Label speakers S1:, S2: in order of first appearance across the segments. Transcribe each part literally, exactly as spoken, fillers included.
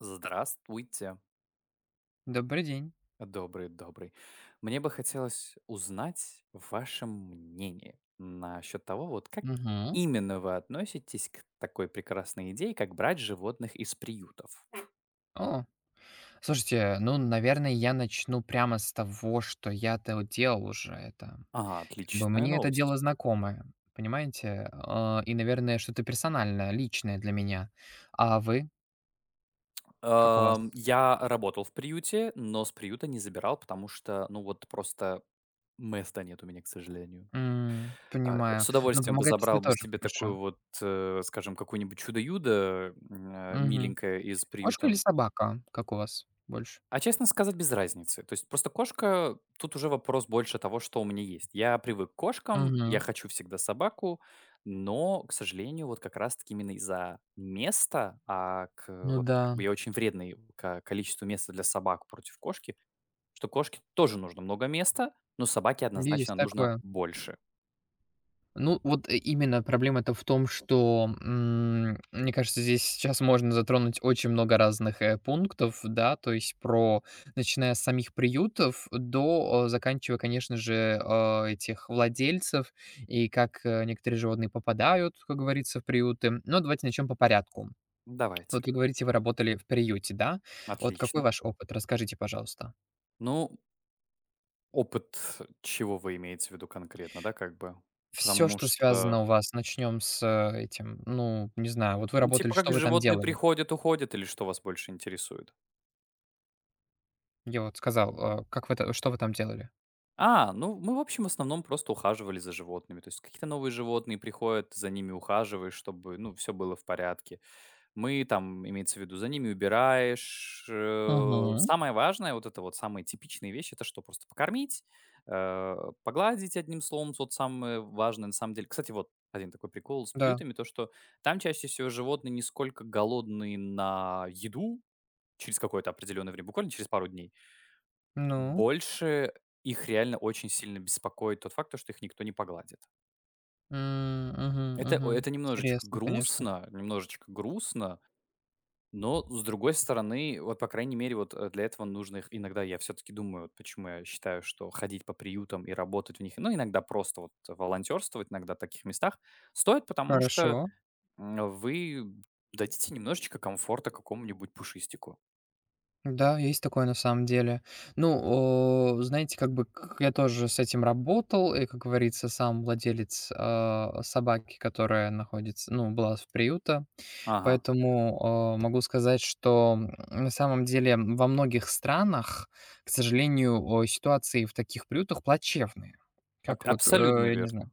S1: Здравствуйте,
S2: Добрый день.
S1: добрый-добрый. Мне бы хотелось узнать ваше мнение насчет того, вот как
S2: Мгм.
S1: именно вы относитесь к такой прекрасной идее, как брать животных из приютов.
S2: О, слушайте, ну, наверное, я начну прямо с того, что я-то вот делал уже это.
S1: Ага,
S2: Как бы
S1: отличная
S2: мне это
S1: новость.
S2: дело знакомое, понимаете? А, и, наверное, что-то персональное, личное для меня. А вы? Как у вас?
S1: Ам, я работал в приюте, но с приюта не забирал, потому что, ну вот просто места нет у меня, к сожалению.
S2: М,
S1: А,
S2: понимаю.
S1: с
S2: Но
S1: удовольствием бы
S2: помогать это
S1: забрал бы
S2: тоже
S1: себе
S2: хорошо.
S1: такую вот, э, скажем, какую-нибудь чудо-юдо м, э,
S2: Мгм.
S1: миленькое из
S2: Кошка
S1: приюта.
S2: или собака? Как у вас больше?
S1: А честно сказать, без разницы. То есть просто кошка- тут уже вопрос больше того, что у меня есть. Я привык к кошкам, я
S2: Мгм.
S1: хочу всегда собаку, но, к сожалению, вот как раз-таки именно из-за места, а к э,
S2: Ну
S1: вот
S2: да,
S1: как бы я очень вредный к количеству места для собак против кошки, что кошке тоже нужно много места, но собаке
S2: есть
S1: однозначно нужно
S2: такое.
S1: больше.
S2: Ну, вот э, именно проблема-то в том, что, м, мне кажется, здесь сейчас можно затронуть очень много разных, э, пунктов, да, то есть про начиная с самих приютов до, э, заканчивая, конечно же, э, этих владельцев и как, э, некоторые животные попадают, как говорится, в приюты. Но давайте начнем по порядку.
S1: Давайте.
S2: Вот вы говорите, вы работали в приюте, да? Вот какой
S1: Отлично.
S2: ваш опыт? Расскажите, пожалуйста.
S1: Ну, опыт чего вы имеете в виду конкретно, да, как бы?
S2: Все,
S1: Потому
S2: что
S1: что
S2: связано у вас, начнем с, э, этим, ну, не знаю, вот вы
S1: Ну,
S2: работали,
S1: типа как
S2: что вы там
S1: животные
S2: делали?
S1: приходят, уходят, или что вас больше интересует?
S2: Я вот сказал, а, как вы та что вы там делали?
S1: А, ну, мы, в общем, в основном просто ухаживали за животными. То есть какие-то новые животные приходят, за ними ухаживаешь, чтобы, ну, все было в порядке. Мы там, имеется в виду, за ними убираешь. э,
S2: Мгм.
S1: Самое важное, вот это вот самые типичные вещи, это что? Просто покормить, э, погладить одним словом. Вот самое важное на самом деле. Кстати, вот один такой прикол с
S2: Да.
S1: приютами, то что там чаще всего животные не сколько голодные на еду. Через какое-то определенное время, буквально через пару дней,
S2: Ну?
S1: больше их реально очень сильно беспокоит тот факт, то, что их никто не погладит.
S2: М, мгм,
S1: Это, о-
S2: мгм.
S1: это немножечко
S2: Интересно, конечно.
S1: грустно, немножечко грустно, но с другой стороны, вот по крайней мере, вот э, для этого нужно их иногда, я все-таки думаю, вот почему я считаю, что ходить по приютам и работать в них, ну, иногда просто вот волонтерствовать иногда в таких местах стоит, потому
S2: Хорошо.
S1: что м, вы дадите немножечко комфорта какому-нибудь пушистику.
S2: Да, есть такое на самом деле. Ну, о, знаете, как бы к я тоже с этим работал, и, как говорится, сам владелец, а, собаки, которая находится ну, была в приюта.
S1: Ага,
S2: Поэтому, а, могу сказать, что, м, на самом деле, во многих странах, к сожалению, о, ситуации в таких приютах плачевные.
S1: аб-
S2: Как вот,
S1: абсолютно
S2: э, я не знаю.
S1: верно.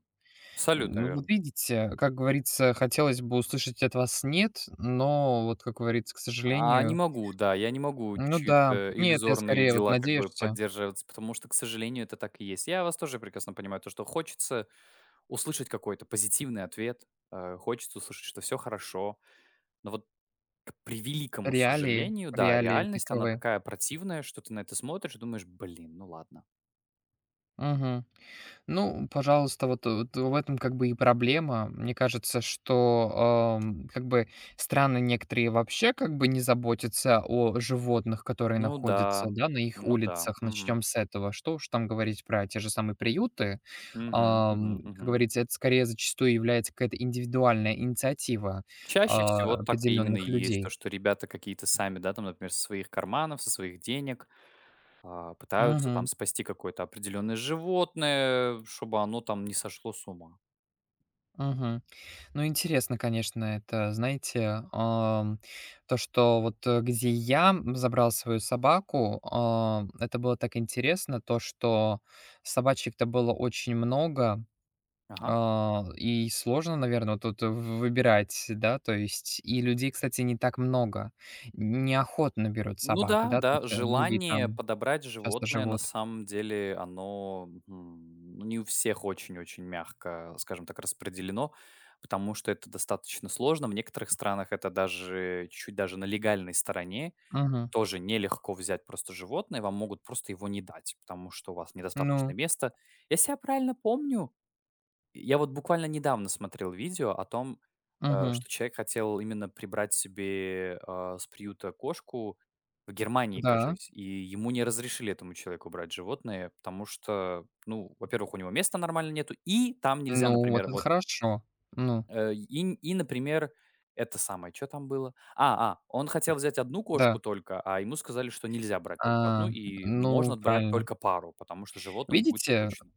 S1: Абсолютно
S2: Ну, вот
S1: верно.
S2: видите, как говорится, хотелось бы услышать от вас "нет", но вот, как говорится, к
S1: А, не
S2: сожалению.
S1: могу, да, я не могу
S2: Ну да.
S1: чьи-то
S2: Нет, я
S1: иллюзорные
S2: скорее вот
S1: дела как бы
S2: надеешься.
S1: поддерживаться, потому что, к сожалению, это так и есть. Я вас тоже прекрасно понимаю, то, что хочется услышать какой-то позитивный ответ, э, хочется услышать, что все хорошо, но вот к при великому
S2: Реалии
S1: сожалению, да,
S2: реалии
S1: реальность, она
S2: таковы.
S1: такая противная, что ты на это смотришь и думаешь: "Блин, ну ладно".
S2: Мгм. Ну, пожалуйста, вот, вот в этом как бы и проблема. Мне кажется, что ам, как бы страны некоторые вообще как бы не заботятся о животных, которые
S1: Ну
S2: находятся,
S1: да,
S2: да, на их
S1: ну да,
S2: улицах.
S1: мгм,
S2: Начнем с этого. Что уж там говорить про те же самые приюты.
S1: мгм, мгм,
S2: Ам, как
S1: мгм.
S2: говорится, это скорее зачастую является какая-то индивидуальная инициатива
S1: Чаще
S2: а,
S1: всего так именно и
S2: определенных
S1: есть, то,
S2: людей.
S1: что ребята какие-то сами, да, там, например, со своих карманов, со своих денег, А, пытаются там
S2: Мгм.
S1: спасти какое-то определенное животное, чтобы оно там не сошло с ума.
S2: Мгм. Ну, интересно, конечно, это, знаете, ам, то, что вот э, где я м, забрал свою собаку, а, это было так интересно, то, что собачек-то было очень много,
S1: Ага.
S2: а, и сложно, наверное, тут в- выбирать, да, то есть, и людей, кстати, не так много, неохотно берут
S1: Ну
S2: собак,
S1: да,
S2: да, то
S1: да,
S2: есть э, многие
S1: желание
S2: там
S1: подобрать
S2: часто
S1: животное, на
S2: живут.
S1: самом деле, оно м, ну, не у всех очень-очень мягко, скажем так, распределено, потому что это достаточно сложно. В некоторых странах это даже чуть даже на легальной стороне
S2: Мгм.
S1: тоже нелегко взять просто животное, вам могут просто его не дать, потому что у вас недостаточно
S2: Ну,
S1: места. Если я правильно помню, я вот буквально недавно смотрел видео о том, э,
S2: мгм.
S1: что человек хотел именно прибрать себе, а, с приюта кошку в Германии,
S2: Да,
S1: кажись, и ему не разрешили этому человеку брать животное, потому что, ну, во-первых, у него места нормально нету, и там нельзя,
S2: ну,
S1: например,
S2: вот это
S1: вот,
S2: хорошо, ну,
S1: э, и, н- и, например, это самое, что там было? А, а, он хотел взять одну кошку
S2: да.
S1: только, а ему сказали, что нельзя брать только одну,
S2: А,
S1: и можно
S2: ну,
S1: брать
S2: правильно.
S1: только пару, потому что животным будет
S2: Видите,
S1: скучно.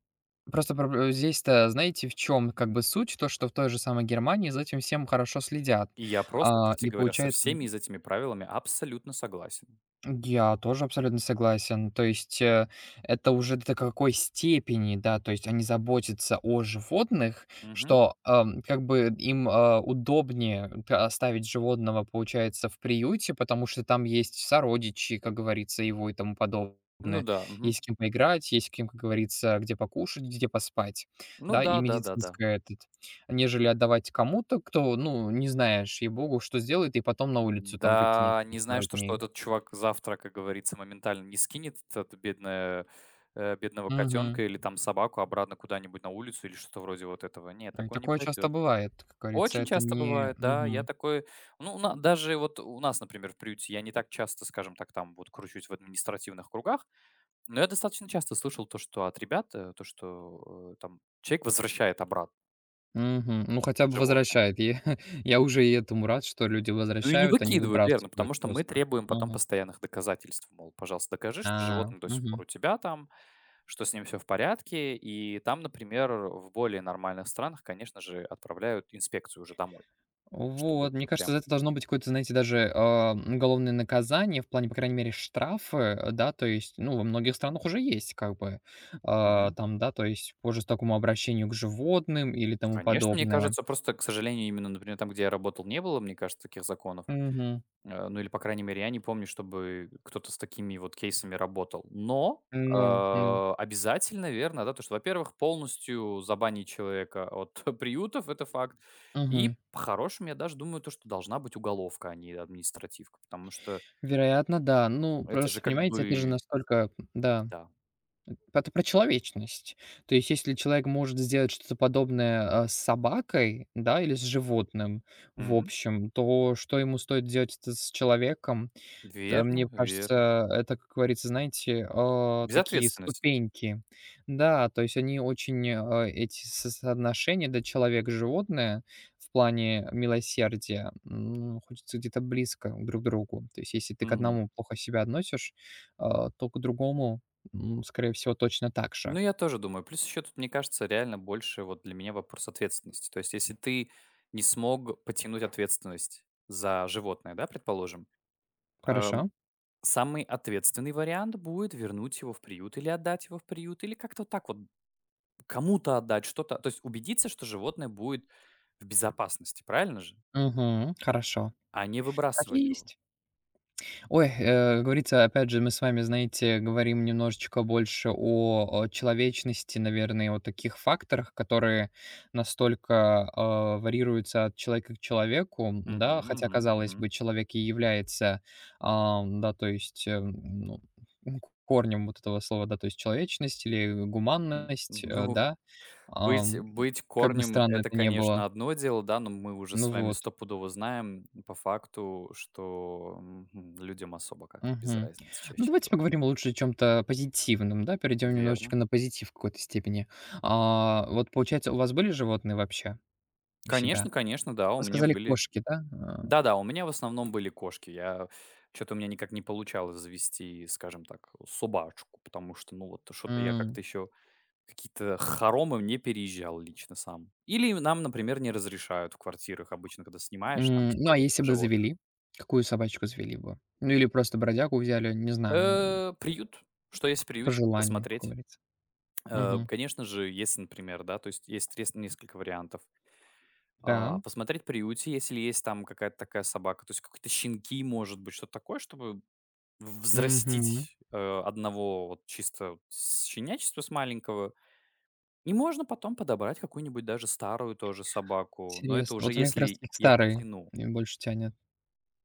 S2: просто проб здесь-то, знаете, в чем как бы суть? То, что в той же самой Германии за этим всем хорошо следят.
S1: И я просто,
S2: А,
S1: кстати
S2: и
S1: говоря, со
S2: получается.
S1: всеми из этими правилами абсолютно согласен.
S2: Я тоже абсолютно согласен. То есть э, это уже до какой степени, да, то есть они заботятся о животных,
S1: Мгм.
S2: что ам, как бы им а, удобнее т- оставить животного, получается, в приюте, потому что там есть сородичи, как говорится, его и тому подобное.
S1: Ну да, мгм.
S2: Есть с кем поиграть, есть с кем, как говорится, где покушать, где поспать,
S1: Ну
S2: да, и
S1: да, да-да-да. Да, да.
S2: медицинское этот, нежели отдавать кому-то, кто, ну, не знаешь, ей-богу, что сделает, и потом на улицу там выкинет
S1: Да, не
S2: через
S1: знаю,
S2: пару
S1: что что
S2: дней.
S1: этот чувак завтра, как говорится, моментально не скинет этот бедное, э, бедного котенка
S2: Мгм.
S1: или там собаку обратно куда-нибудь на улицу или что-то вроде вот этого. Нет,
S2: М,
S1: такое не
S2: такое часто
S1: пойдет.
S2: бывает, как говорится,
S1: Очень
S2: это
S1: часто
S2: не
S1: бывает, да. Я
S2: мгм.
S1: такой, ну, на- даже вот у нас, например, в приюте я не так часто, скажем так, там вот кручусь в административных кругах. Но я достаточно часто слышал то, что от ребят, э, то, что, э, там человек возвращает обратно
S2: Мгм. Ну, хотя бы
S1: животное.
S2: возвращает. Я я уже и этому рад, что люди
S1: Ну и не
S2: возвращают, а не
S1: выкидывают, верно,
S2: выбрасывают
S1: потому что мы
S2: просто.
S1: требуем потом
S2: Мгм.
S1: постоянных доказательств. Мол, пожалуйста, докажи,
S2: А,
S1: что животное до сих пор у
S2: мгм.
S1: тебя там, что с ним все в порядке. И там, например, в более нормальных странах, конечно же, отправляют инспекцию уже домой, чтобы,
S2: Вот, мне
S1: ну,
S2: кажется,
S1: прям.
S2: за это должно быть какое-то, знаете, даже, а, уголовное наказание в плане, по крайней мере, штрафы, э, да, то есть, ну, во многих странах уже есть как бы, а,
S1: Мгм.
S2: там, да, то есть по жестокому обращению к животным или тому
S1: Конечно, мне
S2: подобное.
S1: кажется, просто, к сожалению, именно, например, там, где я работал, не было, мне кажется, таких законов.
S2: Мгм.
S1: Э, ну или, по крайней мере, я не помню, чтобы кто-то с такими вот кейсами работал. Но,
S2: Ну, ну.
S1: э, обязательно, верно, да, то, что, во-первых, полностью забанить человека от приютов — это факт.
S2: Мгм.
S1: И по-хорошему, я даже думаю, то, что должна быть уголовка, а не административка, потому что
S2: Вероятно, да. Ну,
S1: это же
S2: просто,
S1: как
S2: понимаете, это же
S1: бы
S2: настолько да.
S1: да.
S2: Это про человечность. То есть, если человек может сделать что-то подобное, а, с собакой, да, или с животным, в
S1: Мгм.
S2: общем, то что ему стоит делать это с человеком? Да, мне
S1: Верно верно.
S2: кажется, это, как говорится, знаете, а, такие
S1: Безответственность.
S2: ступеньки. Да, то есть они очень, а, эти со соотношения, да, человек-животное в плане милосердия, м, находятся где-то близко друг к другу. То есть если ты к одному плохо себя относишь, а, то к другому, м, скорее всего, точно так
S1: Ну,
S2: же.
S1: я тоже думаю. Плюс еще тут, мне кажется, реально больше вот для меня вопрос ответственности. То есть, если ты не смог потянуть ответственность за животное, да, предположим,
S2: Хорошо.
S1: эм, самый ответственный вариант будет вернуть его в приют или отдать его в приют, или как-то вот так вот кому-то отдать что-то. То есть убедиться, что животное будет в безопасности, правильно же?
S2: Мгм. Хорошо.
S1: А не
S2: Так и
S1: выбрасывать его.
S2: есть. Ой, э, говорится, опять же, мы с вами, знаете, говорим немножечко больше о, э, человечности, наверное, о таких факторах, которые настолько, а, варьируются от человека к человеку,
S1: Мгм,
S2: да. Хотя,
S1: мгм,
S2: казалось
S1: мгм.
S2: бы, человек и является, ам, да, то есть, э, ну, м, корнем вот этого слова, да, то есть человечность или
S1: М,
S2: гуманность, э,
S1: ну,
S2: да.
S1: Быть
S2: Ам,
S1: быть
S2: как бы
S1: корнем —
S2: странно
S1: это,
S2: это ни
S1: конечно,
S2: было.
S1: одно дело, да, но мы уже
S2: Ну
S1: с вами
S2: вот.
S1: стопудово знаем по факту, что, мгм, людям особо как-то без
S2: Мгм.
S1: разницы
S2: Ну,
S1: чаще
S2: давайте
S1: всего.
S2: поговорим лучше о чём-то позитивном, да, перейдем немножечко
S1: Верно.
S2: на позитив в какой-то степени. А, вот, получается, у вас были животные вообще у
S1: Конечно
S2: себя?
S1: конечно, да, у
S2: Вы
S1: меня
S2: сказали,
S1: были,
S2: кошки, да?
S1: да-да, у меня в основном были кошки. Я что то у меня никак не получалось завести, скажем так, собачку, потому что, ну, вот
S2: А,
S1: что-то я
S2: м,
S1: как-то еще какие-то хоромы не переезжал лично сам. Или нам, например, не разрешают в квартирах обычно, когда снимаешь, там
S2: м, ну,
S1: типа
S2: а
S1: вот
S2: если бы
S1: животных.
S2: завели? Какую собачку завели бы? Ну, или просто бродягу взяли, не знаю, ну,
S1: Э, приют. Что есть в
S2: по
S1: приюте?
S2: желанию, как
S1: Посмотреть.
S2: говорится.
S1: Э,
S2: Мгм.
S1: конечно же, если, например, да, то есть есть рес- несколько вариантов.
S2: Да.
S1: А, посмотреть в приюте, если есть там какая-то такая собака, то есть какие-то щенки, может быть, что-то такое, чтобы
S2: Мгм.
S1: взрастить э, одного вот чисто с щенячества, с маленького. И можно потом подобрать какую-нибудь даже старую тоже собаку, но это
S2: Интересно.
S1: уже
S2: Вот у меня как раз
S1: если
S2: таки к
S1: я
S2: старой,
S1: потяну.
S2: э, больше тянет.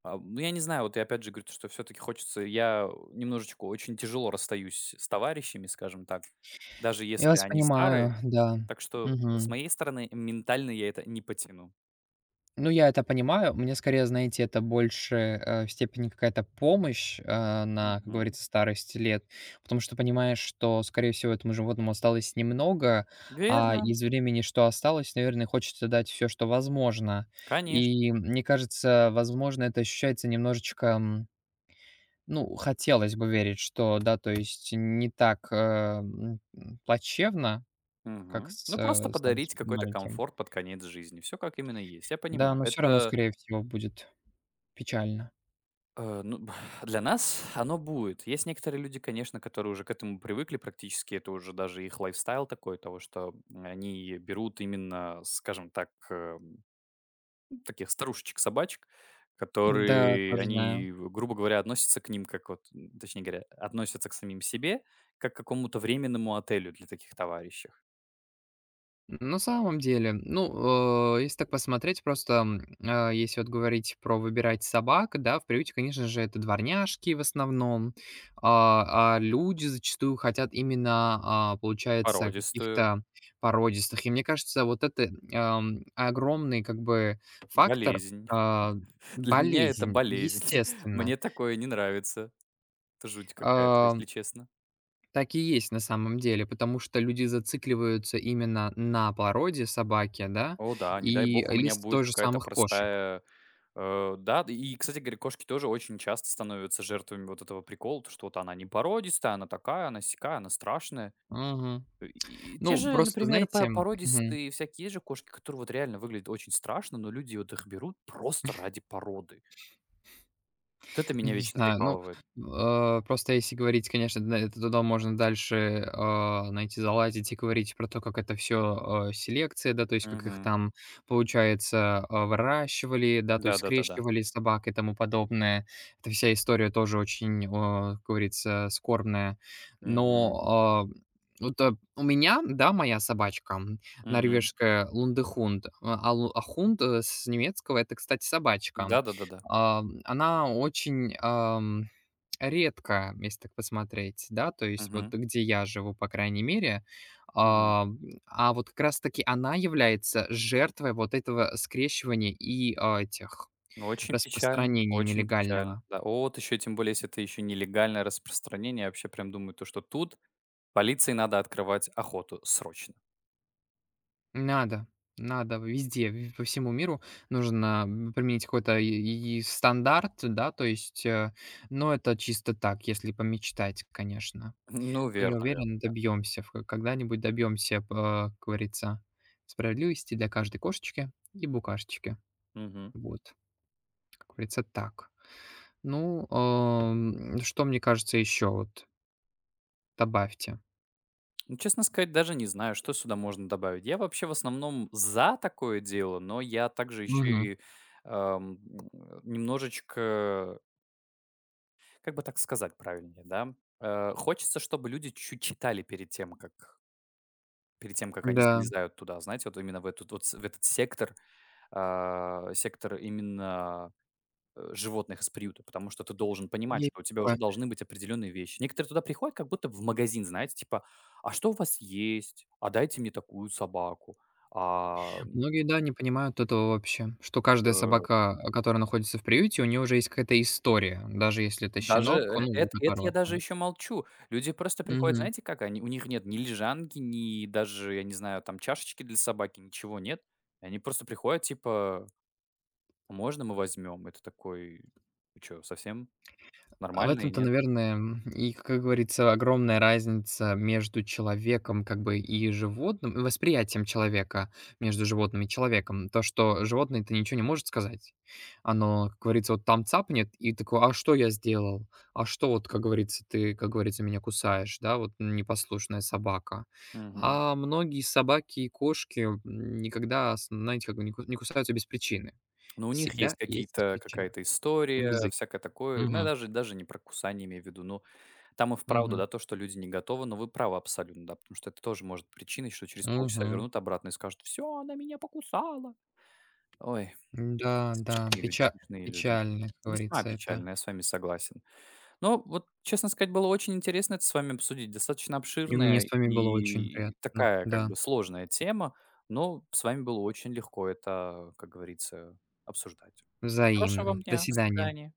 S1: А, ну, я не знаю, вот я опять же говорю, то, что все-таки хочется, я немножечко очень тяжело расстаюсь с товарищами, скажем так, даже
S2: Я
S1: если
S2: вас
S1: они старые.
S2: понимаю, да.
S1: Так что с
S2: Мгм.
S1: моей стороны ментально я это не потяну.
S2: Ну, я это понимаю. Мне скорее, знаете, это больше, э, в степени какая-то помощь, э, на, как
S1: Мгм.
S2: говорится, старости лет. Потому что понимаешь, что, скорее всего, этому животному осталось немного, а
S1: Верно,
S2: из времени, что осталось, наверное, хочется дать все, что возможно.
S1: конечно.
S2: И мне кажется, возможно, это ощущается немножечко, м, ну, хотелось бы верить, что да, то есть не так, э, м, плачевно, как
S1: Мгм.
S2: с,
S1: Ну, просто
S2: э, с там с
S1: подарить какой-то
S2: маленьким.
S1: комфорт под конец жизни. Все как именно есть. Я
S2: Да,
S1: понимаю.
S2: но все равно,
S1: Это
S2: скорее всего, будет печально.
S1: Э, ну, б для нас оно будет. Есть некоторые люди, конечно, которые уже к этому привыкли практически. Это уже даже их лайфстайл такой, того, что они берут именно, скажем так, э, таких старушечек-собачек,
S2: Да,
S1: которые,
S2: тоже знаю.
S1: они, грубо говоря, относятся к ним как вот, м, точнее говоря, относятся к самим себе, как к какому-то временному отелю для таких товарищей.
S2: На самом деле, ну, э, если так посмотреть, просто, м, а, если вот говорить про выбирать собак, да, в приюте, конечно же, это дворняжки в основном, а, а люди зачастую хотят именно, а, получается,
S1: Породистую,
S2: каких-то породистых. И мне кажется, вот это, ам, огромный как бы фактор,
S1: болезнь.
S2: а,
S1: Для меня это
S2: болезнь,
S1: болезнь.
S2: естественно.
S1: Мне такое не нравится. Это жуть какая-то,
S2: А
S1: если честно.
S2: Так и есть на самом деле, потому что люди зацикливаются именно на породе собаки, да,
S1: О да, не дай
S2: и
S1: бог, у меня
S2: лист
S1: будет
S2: тоже
S1: какая-то
S2: самых кошек.
S1: простая, э, да. Да, и, кстати говоря, кошки тоже очень часто становятся жертвами вот этого прикола, то что вот она не породистая, она такая, она сякая, она страшная.
S2: Мгм.
S1: Э, и те
S2: Ну,
S1: же,
S2: просто
S1: например, пор
S2: знаете мгм.
S1: породистые всякие же кошки, которые вот реально выглядят очень страшно, но люди вот их берут просто ради породы. Вот это
S2: Ну,
S1: меня
S2: не
S1: вечно
S2: знаю, ну,
S1: прикалывает.
S2: э, просто если говорить, конечно, да, это туда можно дальше, э, знаете, залазить и говорить про то, как это все селекция, да, то есть как их
S1: Мгм.
S2: там, получается, э, выращивали, да, то есть
S1: Да-да-да-да.
S2: скрещивали собак и тому подобное. Эта вся история тоже очень, о, как говорится, скорбная. Но,
S1: Мгм.
S2: а, вот, э, у меня, да, моя собачка, м,
S1: Мгм.
S2: норвежская лундехунд, а, а лу а хунд, э, с немецкого- это, кстати, собачка.
S1: Да-да-да-да.
S2: Ам, она очень, ам, редкая, если так посмотреть, да, то есть вот
S1: Мгм.
S2: где я живу, по крайней мере.
S1: Мгм.
S2: Ам, а вот как раз таки она является жертвой вот этого скрещивания и, а, этих
S1: Ну, очень печально,
S2: распространения
S1: очень печально,
S2: нелегального.
S1: да. о, Вот еще, тем более, если это еще нелегальное распространение, я вообще прям думаю, то, что тут полиции надо открывать охоту срочно.
S2: Надо, надо везде, в по всему миру нужно, м, применить какой-то и и стандарт, да, то есть, э, но это чисто так, если помечтать, конечно.
S1: Ну,
S2: Но я
S1: верно, верно,
S2: уверен,
S1: да.
S2: добьемся, в когда-нибудь добьемся, п а, как говорится, справедливости для каждой кошечки и букашечки.
S1: Мгм.
S2: Вот, как говорится, так. Ну, ам, что, мне кажется, еще вот добавьте?
S1: Ну, честно сказать, даже не знаю, что сюда можно добавить. Я вообще в основном за такое дело, но я также еще
S2: Мгм.
S1: и ам, немножечко, как бы так сказать правильнее, да? Э, хочется, чтобы люди чуть читали перед тем, как перед тем, как они
S2: Да,
S1: залезают туда, знаете, вот именно в, эту, вот с- в этот сектор, а, сектор именно, э, животных из приюта, потому что ты должен понимать,
S2: есть
S1: что у тебя уже
S2: такое.
S1: должны быть определенные вещи. Некоторые туда приходят как будто в магазин, знаете, типа: "А что у вас есть? А дайте мне такую собаку". А,
S2: Многие, да, не понимают этого вообще, что каждая
S1: э,
S2: собака, а, которая находится в приюте, у нее уже есть какая-то история, даже если это
S1: даже
S2: щенок,
S1: э
S2: ну, у
S1: эт это я
S2: которого
S1: даже
S2: там.
S1: еще молчу. Люди просто приходят,
S2: Мгм.
S1: знаете как, они у них нет ни лежанки, ни даже, я не знаю, там чашечки для собаки, ничего нет. Они просто приходят типа: «А "Можно мы возьмем?" Это такой: "Вы чё, совсем
S2: А в
S1: нормальные,
S2: этом-то,
S1: нет?"
S2: наверное, м, и, как говорится, огромная разница между человеком, как бы, и животным, и восприятием человека между животным и человеком. То, что животное-то ничего не может сказать. Оно, как говорится, вот там цапнет и такое: "А что я сделал? А что вот, как говорится, ты, как говорится, меня кусаешь?" Да, вот непослушная собака. А многие собаки и кошки, м, никогда, с знаете, как бы не ку не кусаются без причины.
S1: Но у них есть
S2: Всегда есть
S1: какие-то
S2: причина.
S1: какая-то история,
S2: Бзыки.
S1: всякое такое. Ну, я
S2: Мгм.
S1: даже даже не про кусание имею в виду. Ну, там и вправду, да,
S2: Мгм.
S1: то, что люди не готовы, но вы правы абсолютно, да, потому что это тоже может быть причиной, что через полчаса
S2: Мгм.
S1: вернут обратно и скажут: все, она меня покусала". Ой,
S2: Да, да,
S1: смешные люди,
S2: печа
S1: смешные люди.
S2: печально, как
S1: Весьма
S2: говорится, это.
S1: печально, я с вами согласен. Но вот, честно сказать, было очень интересно это с вами обсудить. Достаточно
S2: И мне
S1: обширная
S2: с вами было очень
S1: и
S2: приятно.
S1: такая как
S2: Да,
S1: бы сложная тема, но с вами было очень легко это, как говорится, обсуждать. Хорошего
S2: взаимно.
S1: вам
S2: До
S1: дня. До
S2: свидания.
S1: свидания.